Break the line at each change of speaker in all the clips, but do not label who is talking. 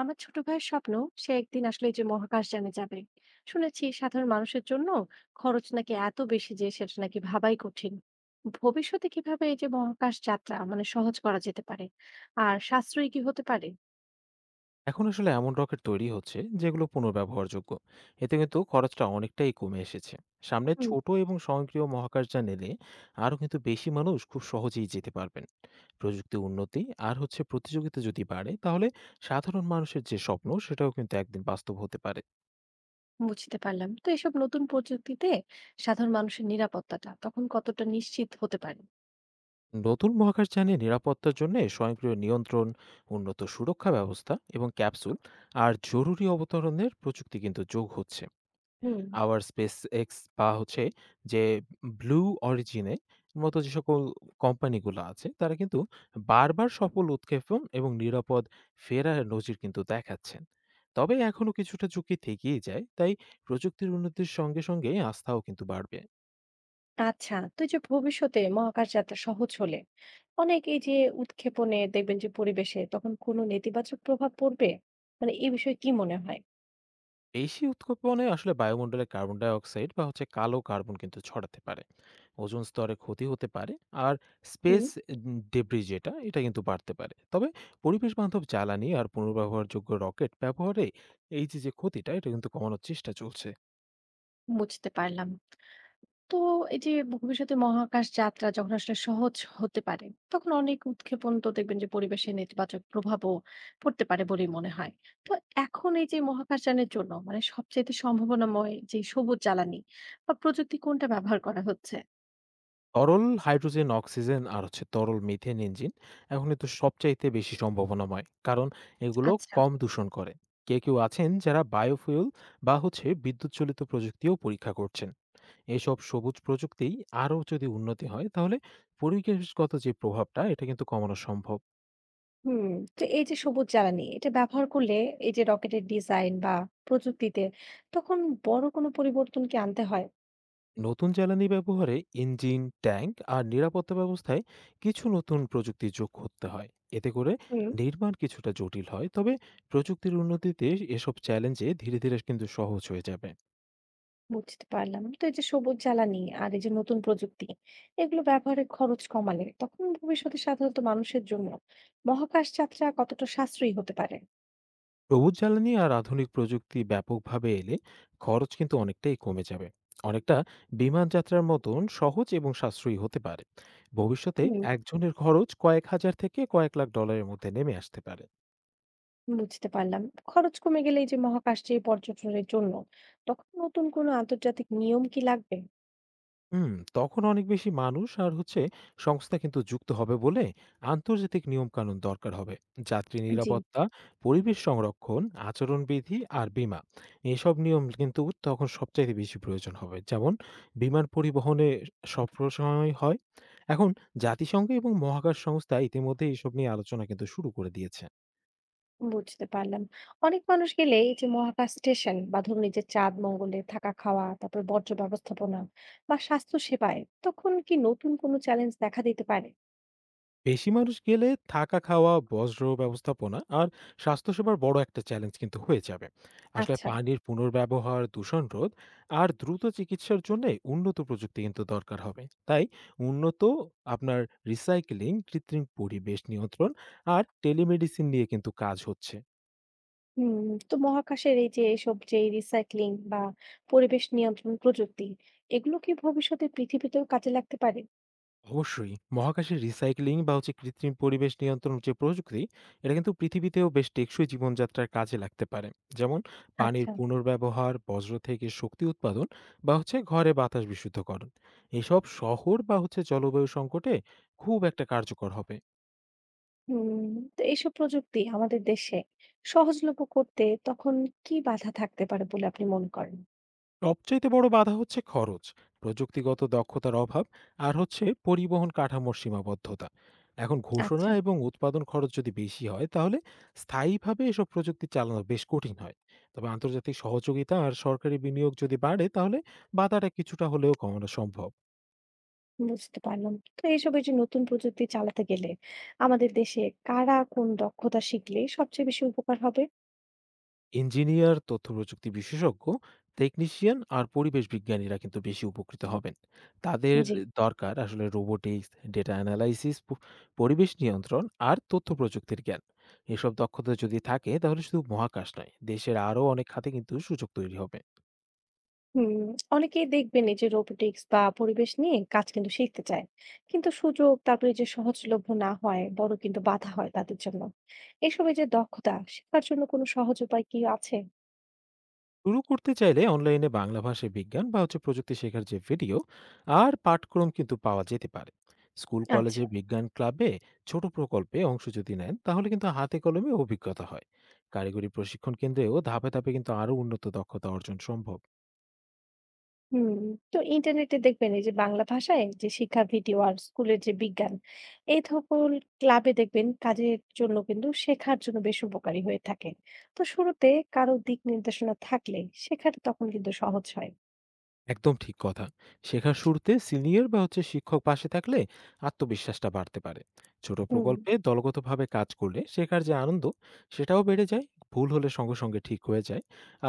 আমার ছোট ভাইয়ের স্বপ্ন, সে একদিন আসলে এই যে মহাকাশ যানে যাবে। শুনেছি সাধারণ মানুষের জন্য খরচ নাকি এত বেশি যে সেটা নাকি ভাবাই কঠিন। ভবিষ্যতে কিভাবে এই যে মহাকাশ যাত্রা মানে সহজ করা যেতে পারে আর সাশ্রয়ী কি হতে পারে?
এখন আসলে এমন রকেট তৈরি হচ্ছে যেগুলো পুনর্ব্যবহারযোগ্য। এতে কিন্তু খরচটা অনেকটাই কমে এসেছে। সামনে
হুম।
ছোট এবং স্বয়ংক্রিয় মহাকাশযান এলে আরও কিন্তু বেশি মানুষ খুব সহজেই যেতে পারবেন। প্রযুক্তি উন্নতি আর হচ্ছে প্রতিযোগিতা যদি বাড়ে, তাহলে সাধারণ মানুষের যে স্বপ্ন সেটাও কিন্তু একদিন বাস্তব হতে পারে।
বুঝতে পারলাম, তো এসব নতুন প্রযুক্তিতে সাধারণ মানুষের নিরাপত্তাটা তখন কতটা নিশ্চিত হতে পারে?
নতুন মহাকাশযানে নিরাপত্তার জন্য স্বয়ংক্রিয় নিয়ন্ত্রণ, উন্নত সুরক্ষা ব্যবস্থা এবং ক্যাপসুল আর জরুরি অবতরণের প্রযুক্তি কিন্তু যোগ হচ্ছে।
হুম।
আবার SpaceX বা হচ্ছে যে Blue Origin এর মতো যে সকল কোম্পানিগুলো আছে, তারা কিন্তু বারবার সফল উৎক্ষেপণ এবং নিরাপদ ফেরার নজির কিন্তু দেখাচ্ছেন। তবে এখনো কিছুটা ঝুঁকি থেকেই যায়। তাই প্রযুক্তির উন্নতির সঙ্গে, সঙ্গে আস্থাও কিন্তু বাড়বে।
আচ্ছা, তো এই যে ভবিষ্যতে মহাকাশ যাত্রা সহজ হলে অনেক এই যে উৎক্ষেপণে দেখবেন যে পরিবেশে তখন কোনো নেতিবাচক প্রভাব পড়বে, মানে এই বিষয়ে কি মনে হয়?
বেশি উৎক্ষেপণে আসলে বায়ুমণ্ডলে কার্বন ডাই অক্সাইড বা হচ্ছে কালো কার্বন কিন্তু ছড়াতে পারে। ওজোন স্তরে ক্ষতি হতে পারে। আর
হুম।
স্পেস ডেব্রি, যেটা এটা কিন্তু বাড়তে পারে। তবে পরিবেশ বান্ধব জ্বালানি আর পুনর্ব্যবহারযোগ্য রকেট ব্যবহারে এই যে যে ক্ষতিটা, এটা কিন্তু কমানোর চেষ্টা চলছে।
বুঝতে পারলাম, তো এই যে ভবিষ্যতে মহাকাশ যাত্রা যখন আসলে সহজ হতে পারে তখন অনেক উৎক্ষেপণ তো দেখবেন যে পরিবেশে নেতিবাচক প্রভাবও পড়তে পারে বলেই মনে হয়। তো এখন এই যে মহাকাশযানের জন্য মানে সবচেয়ে সম্ভাবনাময় যে সবুজ জ্বালানি বা প্রযুক্তি কোনটা ব্যবহার করা হচ্ছে?
তরল হাইড্রোজেন, অক্সিজেন আর হচ্ছে তরল মিথেন ইঞ্জিন এখন তো সবচাইতে বেশি সম্ভাবনাময়, কারণ এগুলো
আচ্ছা।
কম দূষণ করে। কেউ কেউ আছেন যারা বায়োফুয়েল বা হচ্ছে বিদ্যুৎ চালিত প্রযুক্তিও পরীক্ষা করছেন। এসব সবুজ প্রযুক্তি আরও যদি উন্নতি হয়, তাহলে পরিবেশগত যে প্রভাবটা, এটা কিন্তু কমানো সম্ভব।
হুম। তো এই যে সবুজ জ্বালানি এটা ব্যবহার করলে এই যে রকেটের ডিজাইন বা প্রযুক্তিতে তখন বড় কোনো পরিবর্তন কি আনতে হয়?
নতুন জ্বালানি ব্যবহারে ইঞ্জিন, ট্যাঙ্ক আর নিরাপত্তা ব্যবস্থায় কিছু নতুন প্রযুক্তি যোগ করতে হয়। এতে করে
হুম।
নির্মাণ কিছুটা জটিল হয়। তবে প্রযুক্তির উন্নতিতে এসব চ্যালেঞ্জে ধীরে ধীরে কিন্তু সহজ হয়ে যাবে।
বুঝতে পারলাম, তো এই যে সবুজ জ্বালানি আর এই যে নতুন প্রযুক্তি এগুলো ব্যবহারের খরচ কমালে তখন ভবিষ্যতে সাধারণত মানুষের জন্য মহাকাশ যাত্রা কতটা সাশ্রয়ী হতে পারে?
সবুজ জ্বালানি আর আধুনিক প্রযুক্তি ব্যাপকভাবে এলে খরচ কিন্তু অনেকটাই কমে যাবে। অনেকটা বিমান যাত্রার মতন সহজ এবং সাশ্রয়ী হতে পারে ভবিষ্যতে।
হুম।
একজনের খরচ কয়েক হাজার থেকে কয়েক লাখ ডলারের মধ্যে নেমে আসতে পারে।
বুঝতে পারলাম। খরচ কমে গেলে এই যে মহাকাশ যে পর্যটনের জন্য তখন নতুন কোনো আন্তর্জাতিক নিয়ম কি লাগবে?
হুম, তখন অনেক বেশি মানুষ আর হচ্ছে সংস্থা কিন্তু যুক্ত হবে বলে আন্তর্জাতিক নিয়মকানুন দরকার হবে। যাত্রী
জি।
নিরাপত্তা, পরিবেশ সংরক্ষণ, আচরণবিধি আর বীমা, এসব নিয়ম কিন্তু তখন সবচাইতে বেশি প্রয়োজন হবে, যেমন বিমান পরিবহনে সবসময় হয়। এখন জাতিসংঘ এবং মহাকাশ সংস্থা ইতিমধ্যে এসব নিয়ে আলোচনা কিন্তু শুরু করে দিয়েছে।
বুঝতে পারলাম। অনেক মানুষ গেলে এই যে মহাকাশ স্টেশন বা ধরুন এই যে চাঁদ মঙ্গলে থাকা খাওয়া তারপর বর্জ্য ব্যবস্থাপনা বা স্বাস্থ্য সেবায় তখন কি নতুন কোনো চ্যালেঞ্জ দেখা দিতে পারে?
বেশি মানুষ গেলে থাকা খাওয়া, বজ্র ব্যবস্থাপনা আর স্বাস্থ্যসেবার বড় একটা চ্যালেঞ্জ কিন্তু হয়ে যাবে। আসলে
আচ্ছা।
পানির পুনর্ব্যবহার, দূষণ রোধ আর দ্রুত চিকিৎসার জন্য উন্নত প্রযুক্তি কিন্তু দরকার হবে। তাই উন্নত আপনার রিসাইক্লিং, কৃত্রিম পরিবেশ নিয়ন্ত্রণ আর টেলিমেডিসিন নিয়ে কিন্তু কাজ হচ্ছে।
হুম। তো মহাকাশের এই যে এসব যে রিসাইক্লিং বা পরিবেশ নিয়ন্ত্রণ প্রযুক্তি এগুলো কি ভবিষ্যতে পৃথিবীতেও কাজে লাগতে পারে?
অবশ্যই। মহাকাশের রিসাইক্লিং বা হচ্ছে কৃত্রিম পরিবেশ নিয়ন্ত্রণ যে প্রযুক্তি, এটা কিন্তু পৃথিবীতেও বেশ টেকসই জীবনযাত্রার কাজে লাগতে পারে। যেমন পানির
আচ্ছা।
পুনর্ব্যবহার, বজ্র থেকে শক্তি উৎপাদন বা হচ্ছে ঘরে বাতাস বিশুদ্ধকরণ। এসব শহর বা হচ্ছে জলবায়ু সংকটে খুব একটা কার্যকর হবে।
হুম। তো এইসব প্রযুক্তি আমাদের দেশে সহজলভ্য করতে তখন কি বাধা থাকতে পারে বলে আপনি মনে করেন?
সবচাইতে বড় বাধা হচ্ছে খরচ, প্রযুক্তিগত দক্ষতার অভাব আর হচ্ছে পরিবহন কাঠামোর সীমাবদ্ধতা। এখন ঘোষণা
আচ্ছা।
এবং উৎপাদন খরচ যদি বেশি হয়, তাহলে স্থায়ীভাবে এসব প্রযুক্তি চালানো বেশ কঠিন হয়। তবে আন্তর্জাতিক সহযোগিতা আর সরকারি বিনিয়োগ যদি বাড়ে, তাহলে বাধাটা কিছুটা হলেও কমানো সম্ভব।
বুঝতে পারলাম। তো এইসব এই যে নতুন প্রযুক্তি চালাতে গেলে আমাদের দেশে কারা কোন দক্ষতা শিখলে সবচেয়ে বেশি উপকার হবে?
ইঞ্জিনিয়ার, তথ্য প্রযুক্তি বিশেষজ্ঞ, টেকনিশিয়ান আর পরিবেশ বিজ্ঞানীরা কিন্তু বেশি উপকৃত হবেন। তাদের
জি।
দরকার আসলে রোবোটিক্স, ডেটা অ্যানালাইসিস, পরিবেশ নিয়ন্ত্রণ আর তথ্য প্রযুক্তির জ্ঞান। এসব দক্ষতা যদি থাকে, তাহলে শুধু মহাকাশ নয়, দেশের আরও অনেক খাতে কিন্তু সুযোগ তৈরি হবে।
হুম। অনেকেই দেখবেন এই যে রোবোটিক্স বা পরিবেশ নিয়ে কাজ কিন্তু শিখতে চায়, কিন্তু সুযোগ তারপরে এই যে সহজলভ্য না হয় বড় কিন্তু বাধা হয় তাদের জন্য। এসব এই যে দক্ষতা শেখার জন্য কোনো সহজ উপায় কি আছে?
শুরু করতে চাইলে অনলাইনে বাংলা ভাষায় বিজ্ঞান বা হচ্ছে প্রযুক্তি শেখার যে ভিডিও আর পাঠক্রম কিন্তু পাওয়া যেতে পারে। স্কুল কলেজে
আচ্ছা।
বিজ্ঞান ক্লাবে ছোট প্রকল্পে অংশ যদি নেন, তাহলে কিন্তু হাতে কলমে অভিজ্ঞতা হয়। কারিগরি প্রশিক্ষণ কেন্দ্রেও ধাপে ধাপে কিন্তু আরো উন্নত দক্ষতা অর্জন সম্ভব।
হুম। তো ইন্টারনেটে দেখবেন এই যে বাংলা ভাষায় যে শিক্ষা ভিডিও আর স্কুলের যে বিজ্ঞান এই সকল ক্লাবে দেখবেন কাজের জন্য কিন্তু শেখার জন্য বেশ উপকারী হয়ে থাকে। তো শুরুতে কারো দিক নির্দেশনা থাকলে শেখাটা তখন কিন্তু সহজ হয়।
একদম ঠিক কথা। শেখার শুরুতে সিনিয়র বা হচ্ছে শিক্ষক পাশে থাকলে আত্মবিশ্বাসটা বাড়তে পারে। ছোট
হুম।
প্রকল্পে দলগতভাবে কাজ করলে শেখার যে আনন্দ, সেটাও বেড়ে যায়। ভুল হলে সঙ্গে, সঙ্গে ঠিক হয়ে যায়।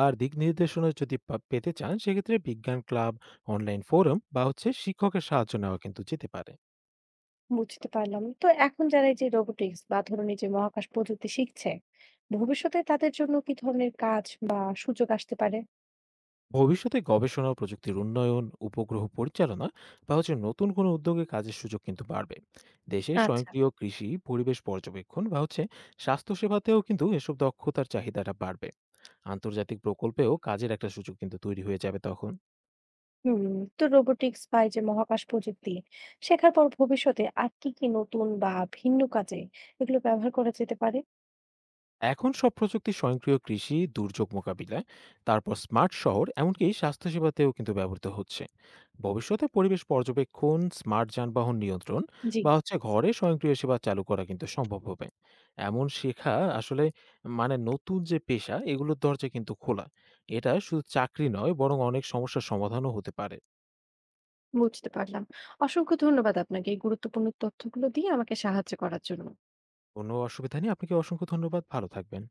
আর দিকনির্দেশনা যদি পেতে চান, সেক্ষেত্রে বিজ্ঞান ক্লাব, অনলাইন ফোরাম বা হচ্ছে শিক্ষকের সাহায্য নেওয়া কিন্তু যেতে পারে।
বুঝতে পারলাম, তো এখন যারা এই যে রোবোটিক্স বা ধরুন এই যে মহাকাশ প্রযুক্তি শিখছে ভবিষ্যতে তাদের জন্য কি ধরনের কাজ বা সুযোগ আসতে পারে?
ভবিষ্যতে গবেষণা ও প্রযুক্তির উন্নয়ন, উপগ্রহ পরিচালনা বা হচ্ছে নতুন কোনো উদ্যোগে কাজের সুযোগ কিন্তু বাড়বে। দেশে
আচ্ছা।
স্বয়ংক্রিয় কৃষি, পরিবেশ পর্যবেক্ষণ বা হচ্ছে স্বাস্থ্যসেবাতেও কিন্তু এসব দক্ষতার চাহিদাটা বাড়বে। আন্তর্জাতিক প্রকল্পেও কাজের একটা সুযোগ কিন্তু তৈরি হয়ে যাবে তখন।
হুম। তো রোবোটিক্স বা এই যে মহাকাশ প্রযুক্তি শেখার পর ভবিষ্যতে আর কি কি নতুন বা ভিন্ন কাজে এগুলো ব্যবহার করা যেতে পারে?
এখন সব প্রযুক্তি স্বয়ংক্রিয় কৃষি, দুর্যোগ মোকাবিলায়, তারপর স্মার্ট শহর, এমনকি স্বাস্থ্যসেবাতেও কিন্তু ব্যবহৃত হচ্ছে। ভবিষ্যতে পরিবেশ পর্যবেক্ষণ, স্মার্ট যানবাহন নিয়ন্ত্রণ
জি।
বা হচ্ছে ঘরে স্বয়ংক্রিয় সেবা চালু করা কিন্তু সম্ভব হবে। এমন শেখা আসলে মানে নতুন যে পেশা, এগুলোর দরজা কিন্তু খোলা। এটা শুধু চাকরি নয়, বরং অনেক সমস্যার সমাধানও হতে পারে।
বুঝতে পারলাম। অসংখ্য ধন্যবাদ আপনাকে এই গুরুত্বপূর্ণ তথ্যগুলো দিয়ে আমাকে সাহায্য করার জন্য।
কোনো অসুবিধা নেই। আপনাকে অসংখ্য ধন্যবাদ। ভালো থাকবেন।